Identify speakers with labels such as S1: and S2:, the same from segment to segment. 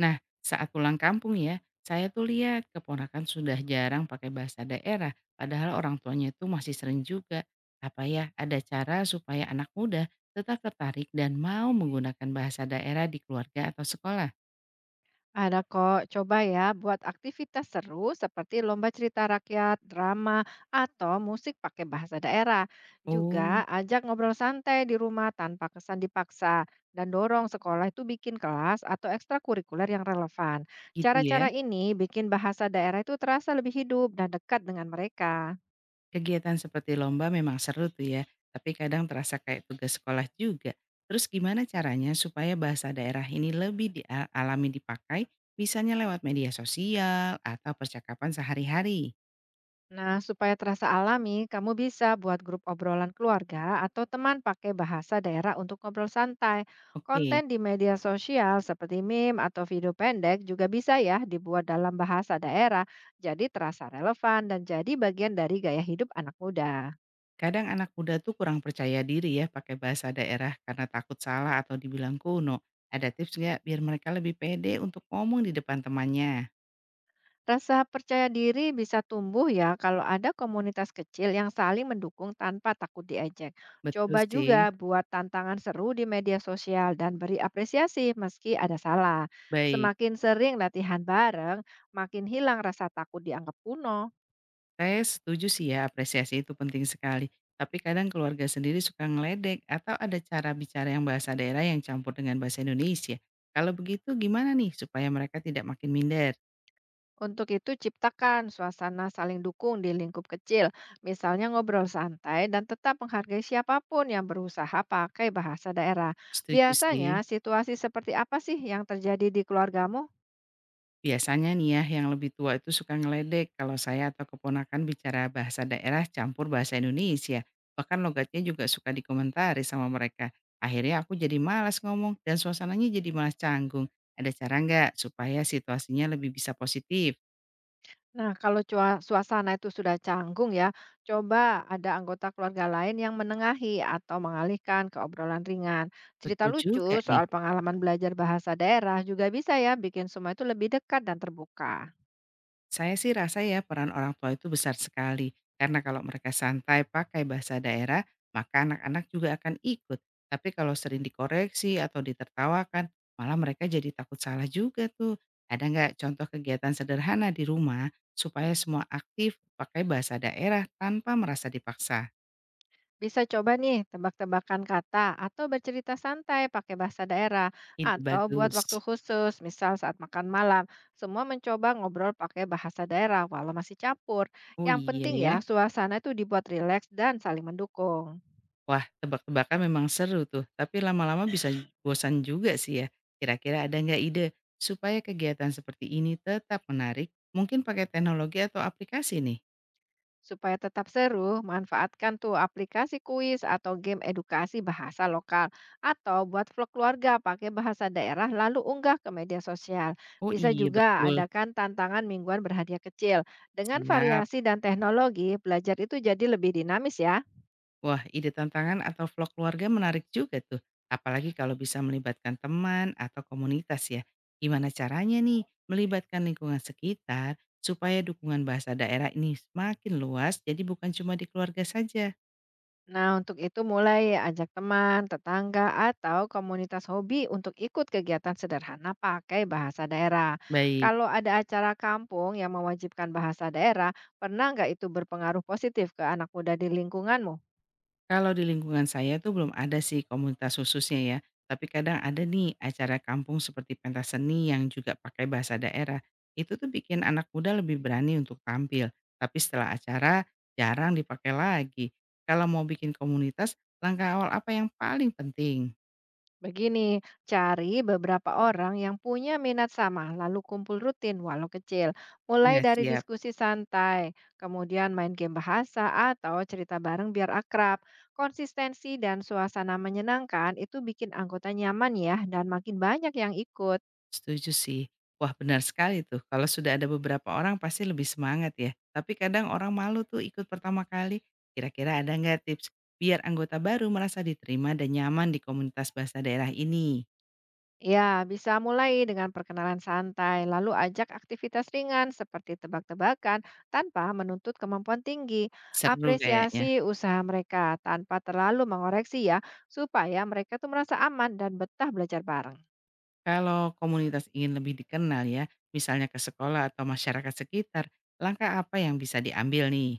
S1: Nah, saat pulang kampung ya, saya tuh lihat keponakan sudah jarang pakai bahasa daerah, padahal orang tuanya tuh masih sering juga. Apa ya, ada cara supaya anak muda tetap tertarik dan mau menggunakan bahasa daerah di keluarga atau sekolah?
S2: Ada kok, coba ya buat aktivitas seru seperti lomba cerita rakyat, drama, atau musik pakai bahasa daerah. Juga
S1: Oh,
S2: ajak ngobrol santai di rumah tanpa kesan dipaksa. Dan dorong sekolah itu bikin kelas atau ekstrakurikuler yang relevan.
S1: gitu ya.
S2: Cara-cara ini bikin bahasa daerah itu terasa lebih hidup dan dekat dengan mereka.
S1: Kegiatan seperti lomba memang seru tuh ya, tapi kadang terasa kayak tugas sekolah juga. Terus gimana caranya supaya bahasa daerah ini lebih dialami dipakai, misalnya lewat media sosial atau percakapan sehari-hari?
S2: Nah, supaya terasa alami, kamu bisa buat grup obrolan keluarga atau teman pakai bahasa daerah untuk ngobrol santai. Konten
S1: Oke,
S2: di media sosial seperti meme atau video pendek juga bisa ya dibuat dalam bahasa daerah, jadi terasa relevan dan jadi bagian dari gaya hidup anak muda.
S1: kadang anak muda tuh kurang percaya diri ya pakai bahasa daerah karena takut salah atau dibilang kuno. Ada tips nggak biar mereka lebih pede untuk ngomong di depan temannya?
S2: Rasa percaya diri bisa tumbuh ya kalau ada komunitas kecil yang saling mendukung tanpa takut diejek.
S1: Betul
S2: Coba juga
S1: sih.
S2: buat tantangan seru di media sosial dan beri apresiasi meski ada salah.
S1: Baik,
S2: Semakin sering latihan bareng, makin hilang rasa takut dianggap kuno.
S1: saya setuju sih ya apresiasi itu penting sekali. Tapi kadang keluarga sendiri suka ngeledek atau ada cara bicara yang bahasa daerah yang campur dengan bahasa Indonesia. Kalau begitu gimana nih supaya mereka tidak makin minder?
S2: Untuk itu ciptakan suasana saling dukung di lingkup kecil, misalnya ngobrol santai dan tetap menghargai siapapun yang berusaha pakai bahasa daerah.
S1: Setuju sih.
S2: Biasanya situasi seperti apa sih yang terjadi di keluargamu?
S1: Biasanya nih ya, yang lebih tua itu suka ngeledek kalau saya atau keponakan bicara bahasa daerah campur bahasa Indonesia. Bahkan logatnya juga suka dikomentari sama mereka. Akhirnya aku jadi malas ngomong dan suasananya jadi malas canggung. Ada cara nggak supaya situasinya lebih bisa positif?
S2: Nah, kalau cua suasana itu sudah canggung ya, coba ada anggota keluarga lain yang menengahi atau mengalihkan ke obrolan ringan. Cerita
S1: Betul
S2: lucu
S1: juga nih.
S2: soal pengalaman belajar bahasa daerah juga bisa ya bikin semua itu lebih dekat dan terbuka.
S1: Saya sih rasa ya peran orang tua itu besar sekali, karena kalau mereka santai pakai bahasa daerah, maka anak-anak juga akan ikut. Tapi kalau sering dikoreksi atau ditertawakan, malah mereka jadi takut salah juga tuh. Ada nggak contoh kegiatan sederhana di rumah supaya semua aktif pakai bahasa daerah tanpa merasa dipaksa?
S2: Bisa coba nih tebak-tebakan kata atau bercerita santai pakai bahasa daerah
S1: Ide
S2: atau buat
S1: bagus.
S2: waktu khusus, misal saat makan malam. Semua mencoba ngobrol pakai bahasa daerah walau masih campur.
S1: Oh
S2: Yang
S1: iya
S2: penting ya,
S1: ya.
S2: suasana itu dibuat rileks dan saling mendukung.
S1: Wah, tebak-tebakan memang seru tuh, tapi lama-lama bisa bosan juga sih ya. Kira-kira ada nggak ide supaya kegiatan seperti ini tetap menarik? Mungkin pakai teknologi atau aplikasi nih?
S2: Supaya tetap seru, manfaatkan tuh aplikasi kuis atau game edukasi bahasa lokal atau buat vlog keluarga pakai bahasa daerah lalu unggah ke media sosial.
S1: Oh
S2: Bisa
S1: iya
S2: juga
S1: betul,
S2: adakan tantangan mingguan berhadiah kecil. Dengan
S1: siap.
S2: variasi dan teknologi, belajar itu jadi lebih dinamis ya.
S1: Wah, ide tantangan atau vlog keluarga menarik juga tuh. Apalagi kalau bisa melibatkan teman atau komunitas ya. Gimana caranya nih melibatkan lingkungan sekitar supaya dukungan bahasa daerah ini semakin luas jadi bukan cuma di keluarga saja?
S2: Nah, untuk itu mulai ajak teman, tetangga, atau komunitas hobi untuk ikut kegiatan sederhana pakai bahasa daerah.
S1: Baik.
S2: Kalau ada acara kampung yang mewajibkan bahasa daerah, pernah nggak itu berpengaruh positif ke anak muda di lingkunganmu?
S1: Kalau di lingkungan saya tuh belum ada sih komunitas khususnya ya, tapi kadang ada nih acara kampung seperti pentas seni yang juga pakai bahasa daerah. Itu tuh bikin anak muda lebih berani untuk tampil, tapi setelah acara jarang dipakai lagi. Kalau mau bikin komunitas, langkah awal apa yang paling penting?
S2: Begini, cari beberapa orang yang punya minat sama, lalu kumpul rutin walau kecil. Mulai
S1: Iya
S2: dari
S1: siap.
S2: diskusi santai, kemudian main game bahasa atau cerita bareng biar akrab. Konsistensi dan suasana menyenangkan itu bikin anggota nyaman ya dan makin banyak yang ikut.
S1: Setuju sih. Wah benar sekali tuh, kalau sudah ada beberapa orang pasti lebih semangat ya. Tapi kadang orang malu tuh ikut pertama kali, kira-kira ada nggak tips biar anggota baru merasa diterima dan nyaman di komunitas bahasa daerah ini?
S2: Ya, bisa mulai dengan perkenalan santai, lalu ajak aktivitas ringan seperti tebak-tebakan tanpa menuntut kemampuan tinggi.
S1: Seru kayaknya.
S2: Apresiasi usaha mereka tanpa terlalu mengoreksi ya, supaya mereka tuh merasa aman dan betah belajar bareng.
S1: Kalau komunitas ingin lebih dikenal ya, misalnya ke sekolah atau masyarakat sekitar, langkah apa yang bisa diambil nih?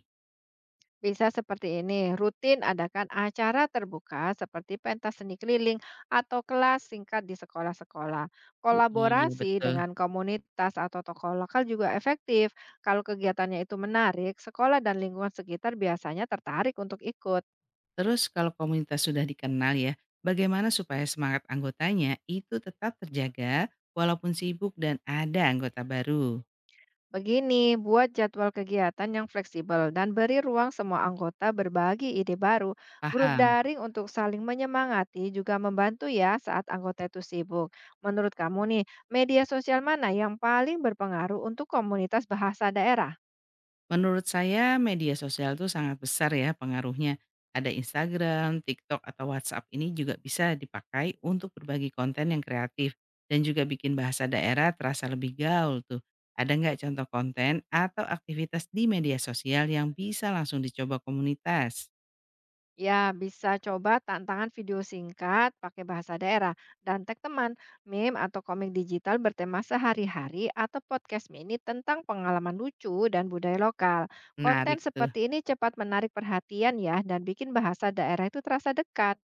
S2: Bisa seperti ini, rutin adakan acara terbuka seperti pentas seni keliling atau kelas singkat di sekolah-sekolah.
S1: Oh, iya
S2: Kolaborasi
S1: betul.
S2: dengan komunitas atau tokoh lokal juga efektif. Kalau kegiatannya itu menarik, sekolah dan lingkungan sekitar biasanya tertarik untuk ikut.
S1: Terus kalau komunitas sudah dikenal ya, bagaimana supaya semangat anggotanya itu tetap terjaga walaupun sibuk dan ada anggota baru?
S2: Begini, buat jadwal kegiatan yang fleksibel dan beri ruang semua anggota berbagi ide baru. Grup
S1: Paham.
S2: daring untuk saling menyemangati juga membantu ya saat anggota itu sibuk. Menurut kamu nih, media sosial mana yang paling berpengaruh untuk komunitas bahasa daerah?
S1: Menurut saya media sosial itu sangat besar ya pengaruhnya. Ada Instagram, TikTok, atau WhatsApp ini juga bisa dipakai untuk berbagi konten yang kreatif dan juga bikin bahasa daerah terasa lebih gaul tuh. Ada nggak contoh konten atau aktivitas di media sosial yang bisa langsung dicoba komunitas?
S2: Ya, bisa coba tantangan video singkat pakai bahasa daerah dan tag teman, meme atau komik digital bertema sehari-hari atau podcast mini tentang pengalaman lucu dan budaya lokal. Konten
S1: Menarik tuh.
S2: seperti ini cepat menarik perhatian ya dan bikin bahasa daerah itu terasa dekat.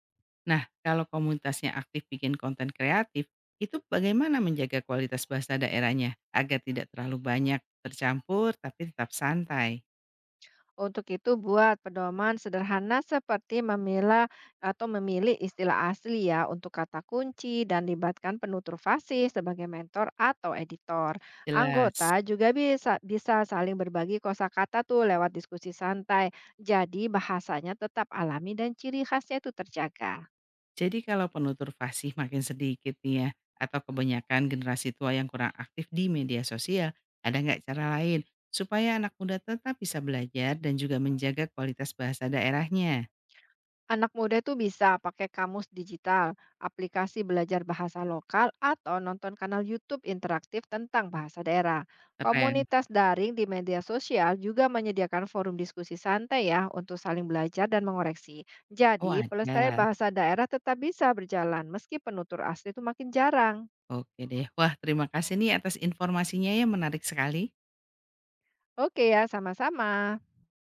S1: Nah, kalau komunitasnya aktif bikin konten kreatif, itu bagaimana menjaga kualitas bahasa daerahnya agar tidak terlalu banyak tercampur tapi tetap santai?
S2: Untuk itu buat pedoman sederhana seperti memilah atau memilih istilah asli ya untuk kata kunci dan libatkan penutur fasih sebagai mentor atau editor.
S1: Jelas.
S2: Anggota juga bisa bisa saling berbagi kosakata tuh lewat diskusi santai. Jadi bahasanya tetap alami dan ciri khasnya itu terjaga.
S1: Jadi kalau penutur fasih makin sedikit nih ya, atau kebanyakan generasi tua yang kurang aktif di media sosial, ada nggak cara lain supaya anak muda tetap bisa belajar dan juga menjaga kualitas bahasa daerahnya?
S2: Anak muda itu bisa pakai kamus digital, aplikasi belajar bahasa lokal, atau nonton kanal YouTube interaktif tentang bahasa daerah.
S1: Keren.
S2: Komunitas daring di media sosial juga menyediakan forum diskusi santai ya untuk saling belajar dan mengoreksi.
S1: Oh
S2: Jadi, pelestarian
S1: ada.
S2: bahasa daerah tetap bisa berjalan meski penutur asli itu makin jarang.
S1: Oke deh. Wah terima kasih nih atas informasinya ya menarik sekali.
S2: Oke ya, sama-sama.